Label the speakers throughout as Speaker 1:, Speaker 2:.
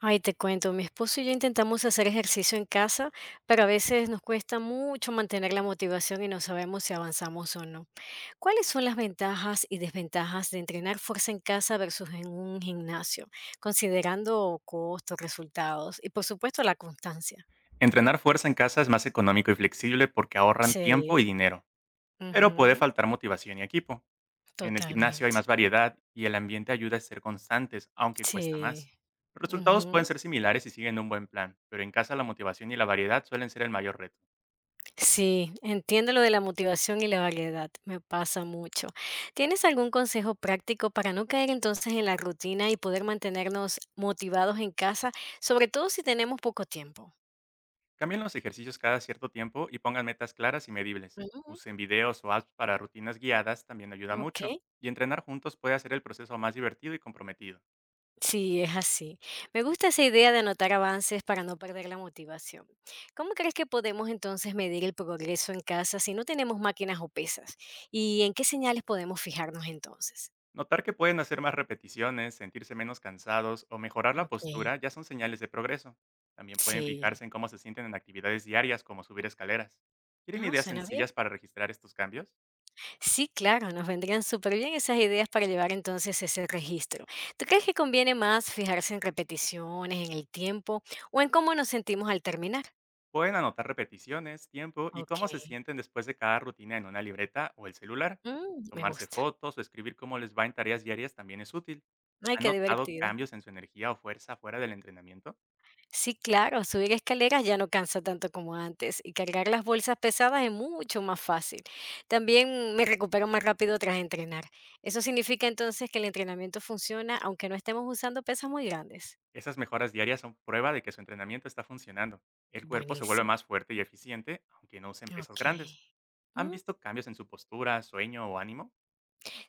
Speaker 1: Ay, te cuento, mi esposo y yo intentamos hacer ejercicio en casa, pero a veces nos cuesta mucho mantener la motivación y no sabemos si avanzamos o no. ¿Cuáles son las ventajas y desventajas de entrenar fuerza en casa versus en un gimnasio, considerando costos, resultados y por supuesto la constancia?
Speaker 2: Entrenar fuerza en casa es más económico y flexible porque ahorran tiempo y
Speaker 1: Sí,
Speaker 2: dinero, pero puede
Speaker 1: ujú,
Speaker 2: faltar motivación y equipo. En el gimnasio hay más
Speaker 1: totalmente.
Speaker 2: variedad y el ambiente ayuda a ser constantes, aunque cuesta
Speaker 1: Sí,
Speaker 2: más. Los resultados pueden
Speaker 1: ujú.
Speaker 2: ser similares si siguen un buen plan, pero en casa la motivación y la variedad suelen ser el mayor reto.
Speaker 1: Sí, entiendo lo de la motivación y la variedad, me pasa mucho. ¿Tienes algún consejo práctico para no caer entonces en la rutina y poder mantenernos motivados en casa, sobre todo si tenemos poco tiempo?
Speaker 2: Cambien los ejercicios cada cierto tiempo y pongan metas claras y medibles.
Speaker 1: Ujú.
Speaker 2: Usen videos o apps para rutinas guiadas también ayuda
Speaker 1: Ok,
Speaker 2: mucho, y entrenar juntos puede hacer el proceso más divertido y comprometido.
Speaker 1: sí, es así. Me gusta esa idea de anotar avances para no perder la motivación. ¿Cómo crees que podemos entonces medir el progreso en casa si no tenemos máquinas o pesas? ¿Y en qué señales podemos fijarnos entonces?
Speaker 2: Notar que pueden hacer más repeticiones, sentirse menos cansados o mejorar la
Speaker 1: Ok,
Speaker 2: postura ya son señales de progreso. También pueden
Speaker 1: sí.
Speaker 2: fijarse en cómo se sienten en actividades diarias como subir escaleras. ¿Quieren
Speaker 1: Ah,
Speaker 2: ideas
Speaker 1: suena bien.
Speaker 2: sencillas para registrar estos cambios?
Speaker 1: Sí, claro, nos vendrían súper bien esas ideas para llevar entonces ese registro. ¿Tú crees que conviene más fijarse en repeticiones, en el tiempo o en cómo nos sentimos al terminar?
Speaker 2: Pueden anotar repeticiones, tiempo y
Speaker 1: Ok.
Speaker 2: cómo se sienten después de cada rutina en una libreta o el celular.
Speaker 1: Mm, me
Speaker 2: Tomarse
Speaker 1: gusta.
Speaker 2: fotos o escribir cómo les va en tareas diarias también es útil.
Speaker 1: Ay,
Speaker 2: ¿Han
Speaker 1: qué
Speaker 2: notado
Speaker 1: divertido.
Speaker 2: cambios en su energía o fuerza fuera del entrenamiento?
Speaker 1: Sí, claro, subir escaleras ya no cansa tanto como antes y cargar las bolsas pesadas es mucho más fácil. También me recupero más rápido tras entrenar. Eso significa entonces que el entrenamiento funciona aunque no estemos usando pesas muy grandes.
Speaker 2: Esas mejoras diarias son prueba de que su entrenamiento está funcionando. El cuerpo se vuelve
Speaker 1: Buenísimo.
Speaker 2: más fuerte y eficiente, aunque no usen pesas
Speaker 1: Ok.
Speaker 2: grandes. ¿Han
Speaker 1: Mm.
Speaker 2: visto cambios en su postura, sueño o ánimo?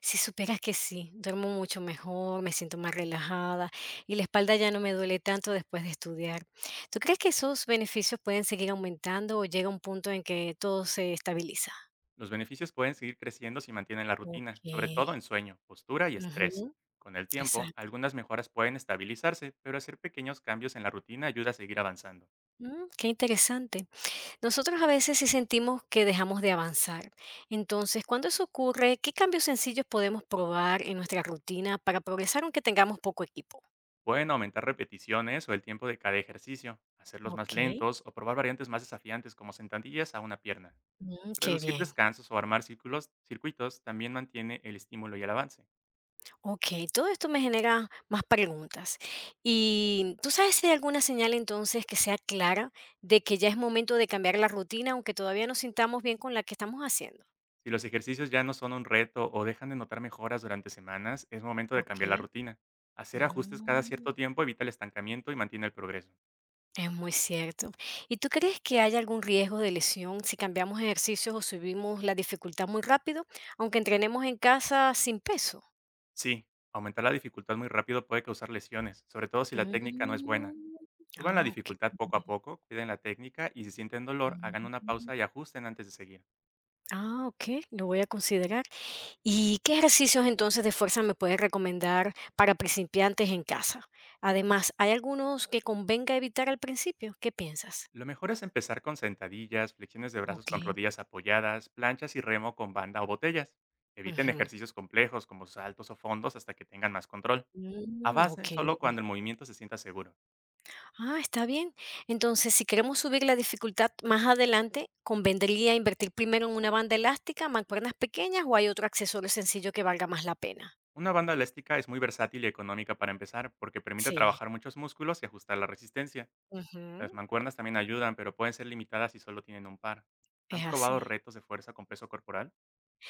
Speaker 1: Si supieras que sí, duermo mucho mejor, me siento más relajada y la espalda ya no me duele tanto después de estudiar. ¿Tú crees que esos beneficios pueden seguir aumentando o llega un punto en que todo se estabiliza?
Speaker 2: Los beneficios pueden seguir creciendo si mantienen la rutina, sobre
Speaker 1: Ok.
Speaker 2: todo en sueño, postura y estrés.
Speaker 1: Ujú.
Speaker 2: Con el tiempo,
Speaker 1: Exacto.
Speaker 2: algunas mejoras pueden estabilizarse, pero hacer pequeños cambios en la rutina ayuda a seguir avanzando.
Speaker 1: Mm, qué interesante. Nosotros a veces sí sentimos que dejamos de avanzar. Entonces, cuando eso ocurre, ¿qué cambios sencillos podemos probar en nuestra rutina para progresar aunque tengamos poco equipo?
Speaker 2: Pueden aumentar repeticiones o el tiempo de cada ejercicio, hacerlos más
Speaker 1: Ok.
Speaker 2: lentos o probar variantes más desafiantes como sentadillas a una pierna.
Speaker 1: Mm, qué
Speaker 2: Reducir
Speaker 1: bien.
Speaker 2: descansos o armar circuitos también mantiene el estímulo y el avance.
Speaker 1: Ok, todo esto me genera más preguntas. ¿Y tú sabes si hay alguna señal entonces que sea clara de que ya es momento de cambiar la rutina, aunque todavía nos sintamos bien con la que estamos haciendo?
Speaker 2: Si los ejercicios ya no son un reto o dejan de notar mejoras durante semanas, es momento de cambiar la
Speaker 1: Ok.
Speaker 2: rutina. Hacer ajustes cada
Speaker 1: Mm,
Speaker 2: cierto tiempo evita el estancamiento y mantiene el progreso.
Speaker 1: es muy cierto. ¿Y tú crees que hay algún riesgo de lesión si cambiamos ejercicios o subimos la dificultad muy rápido, aunque entrenemos en casa sin peso?
Speaker 2: Sí, aumentar la dificultad muy rápido puede causar lesiones, sobre todo si la técnica no es
Speaker 1: Mm,
Speaker 2: buena. Suban la
Speaker 1: ah, ok.
Speaker 2: dificultad poco a poco, cuiden la técnica y si sienten dolor, hagan una
Speaker 1: Mm.
Speaker 2: pausa y ajusten antes de seguir.
Speaker 1: Ah, okey, lo voy a considerar. ¿Y qué ejercicios entonces de fuerza me puedes recomendar para principiantes en casa? Además, ¿hay algunos que convenga evitar al principio? ¿Qué piensas?
Speaker 2: Lo mejor es empezar con sentadillas, flexiones de brazos con
Speaker 1: Okey.
Speaker 2: rodillas apoyadas, planchas y remo con banda o botellas. Eviten
Speaker 1: Ujú.
Speaker 2: ejercicios complejos como saltos o fondos hasta que tengan más control.
Speaker 1: Mm,
Speaker 2: Avancen
Speaker 1: okey.
Speaker 2: solo cuando el movimiento se sienta seguro.
Speaker 1: Ah, está bien. Entonces, si queremos subir la dificultad más adelante, ¿convendría invertir primero en una banda elástica, mancuernas pequeñas o hay otro accesorio sencillo que valga más la pena?
Speaker 2: Una banda elástica es muy versátil y económica para empezar porque permite
Speaker 1: Sí.
Speaker 2: trabajar muchos músculos y ajustar la resistencia. Las
Speaker 1: Ujú.
Speaker 2: mancuernas también ayudan, pero pueden ser limitadas si solo tienen un par.
Speaker 1: Es
Speaker 2: ¿Han probado
Speaker 1: así.
Speaker 2: retos de fuerza con peso corporal?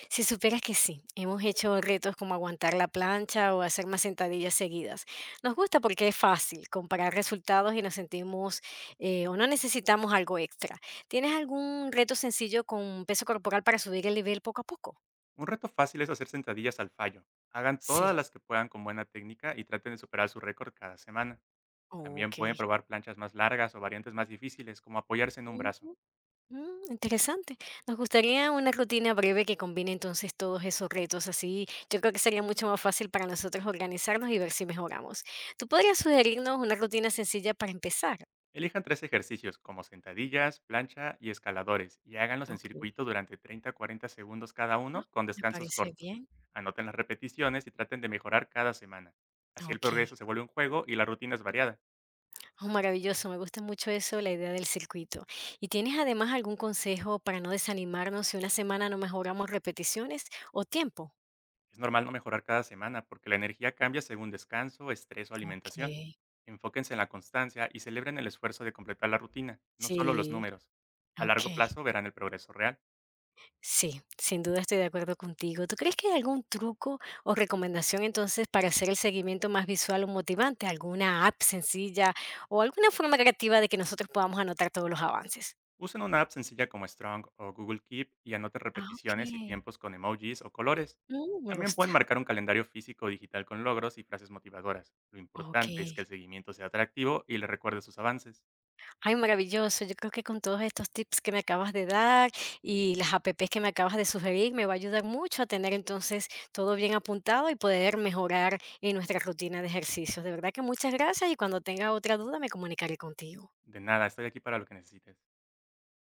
Speaker 1: Si supieras que sí, hemos hecho retos como aguantar la plancha o hacer más sentadillas seguidas. Nos gusta porque es fácil comparar resultados y nos sentimos o no necesitamos algo extra. ¿Tienes algún reto sencillo con peso corporal para subir el nivel poco a poco?
Speaker 2: Un reto fácil es hacer sentadillas al fallo. Hagan todas
Speaker 1: Sí,
Speaker 2: las que puedan con buena técnica y traten de superar su récord cada semana. También
Speaker 1: ok.
Speaker 2: pueden probar planchas más largas o variantes más difíciles, como apoyarse en un brazo.
Speaker 1: Ujú, mm, interesante. Nos gustaría una rutina breve que combine entonces todos esos retos. Así yo creo que sería mucho más fácil para nosotros organizarnos y ver si mejoramos. ¿Tú podrías sugerirnos una rutina sencilla para empezar?
Speaker 2: Elijan tres ejercicios, como sentadillas, plancha y escaladores, y háganlos en
Speaker 1: Ok.
Speaker 2: circuito durante 30 a 40 segundos cada uno, con
Speaker 1: Me
Speaker 2: descansos
Speaker 1: parece
Speaker 2: cortos.
Speaker 1: bien.
Speaker 2: Anoten las repeticiones y traten de mejorar cada semana. Así el
Speaker 1: Ok.
Speaker 2: progreso se vuelve un juego y la rutina es variada.
Speaker 1: Oh, maravilloso. Me gusta mucho eso, la idea del circuito. ¿Y tienes además algún consejo para no desanimarnos si una semana no mejoramos repeticiones o tiempo?
Speaker 2: Es normal no mejorar cada semana, porque la energía cambia según descanso, estrés o
Speaker 1: Ok.
Speaker 2: alimentación. Enfóquense en la constancia y celebren el esfuerzo de completar la rutina, no solo los
Speaker 1: Sí.
Speaker 2: números. A largo
Speaker 1: Ok.
Speaker 2: plazo verán el progreso real.
Speaker 1: Sí, sin duda estoy de acuerdo contigo. ¿Tú crees que hay algún truco o recomendación entonces para hacer el seguimiento más visual o motivante? ¿Alguna app sencilla o alguna forma creativa de que nosotros podamos anotar todos los avances?
Speaker 2: Usen una app sencilla como Strong o Google Keep y anoten
Speaker 1: Ah, ok.
Speaker 2: repeticiones y tiempos con emojis o colores.
Speaker 1: Mm, me
Speaker 2: También
Speaker 1: gusta.
Speaker 2: pueden marcar un calendario físico o digital con logros y frases motivadoras. Lo
Speaker 1: Ok.
Speaker 2: importante es que el seguimiento sea atractivo y les recuerde sus avances.
Speaker 1: Ay, maravilloso. Yo creo que con todos estos tips que me acabas de dar y las apps que me acabas de sugerir, me va a ayudar mucho a tener entonces todo bien apuntado y poder mejorar en nuestra rutina de ejercicios. De verdad que muchas gracias y cuando tenga otra duda me comunicaré contigo.
Speaker 2: De nada, estoy aquí para lo que necesites.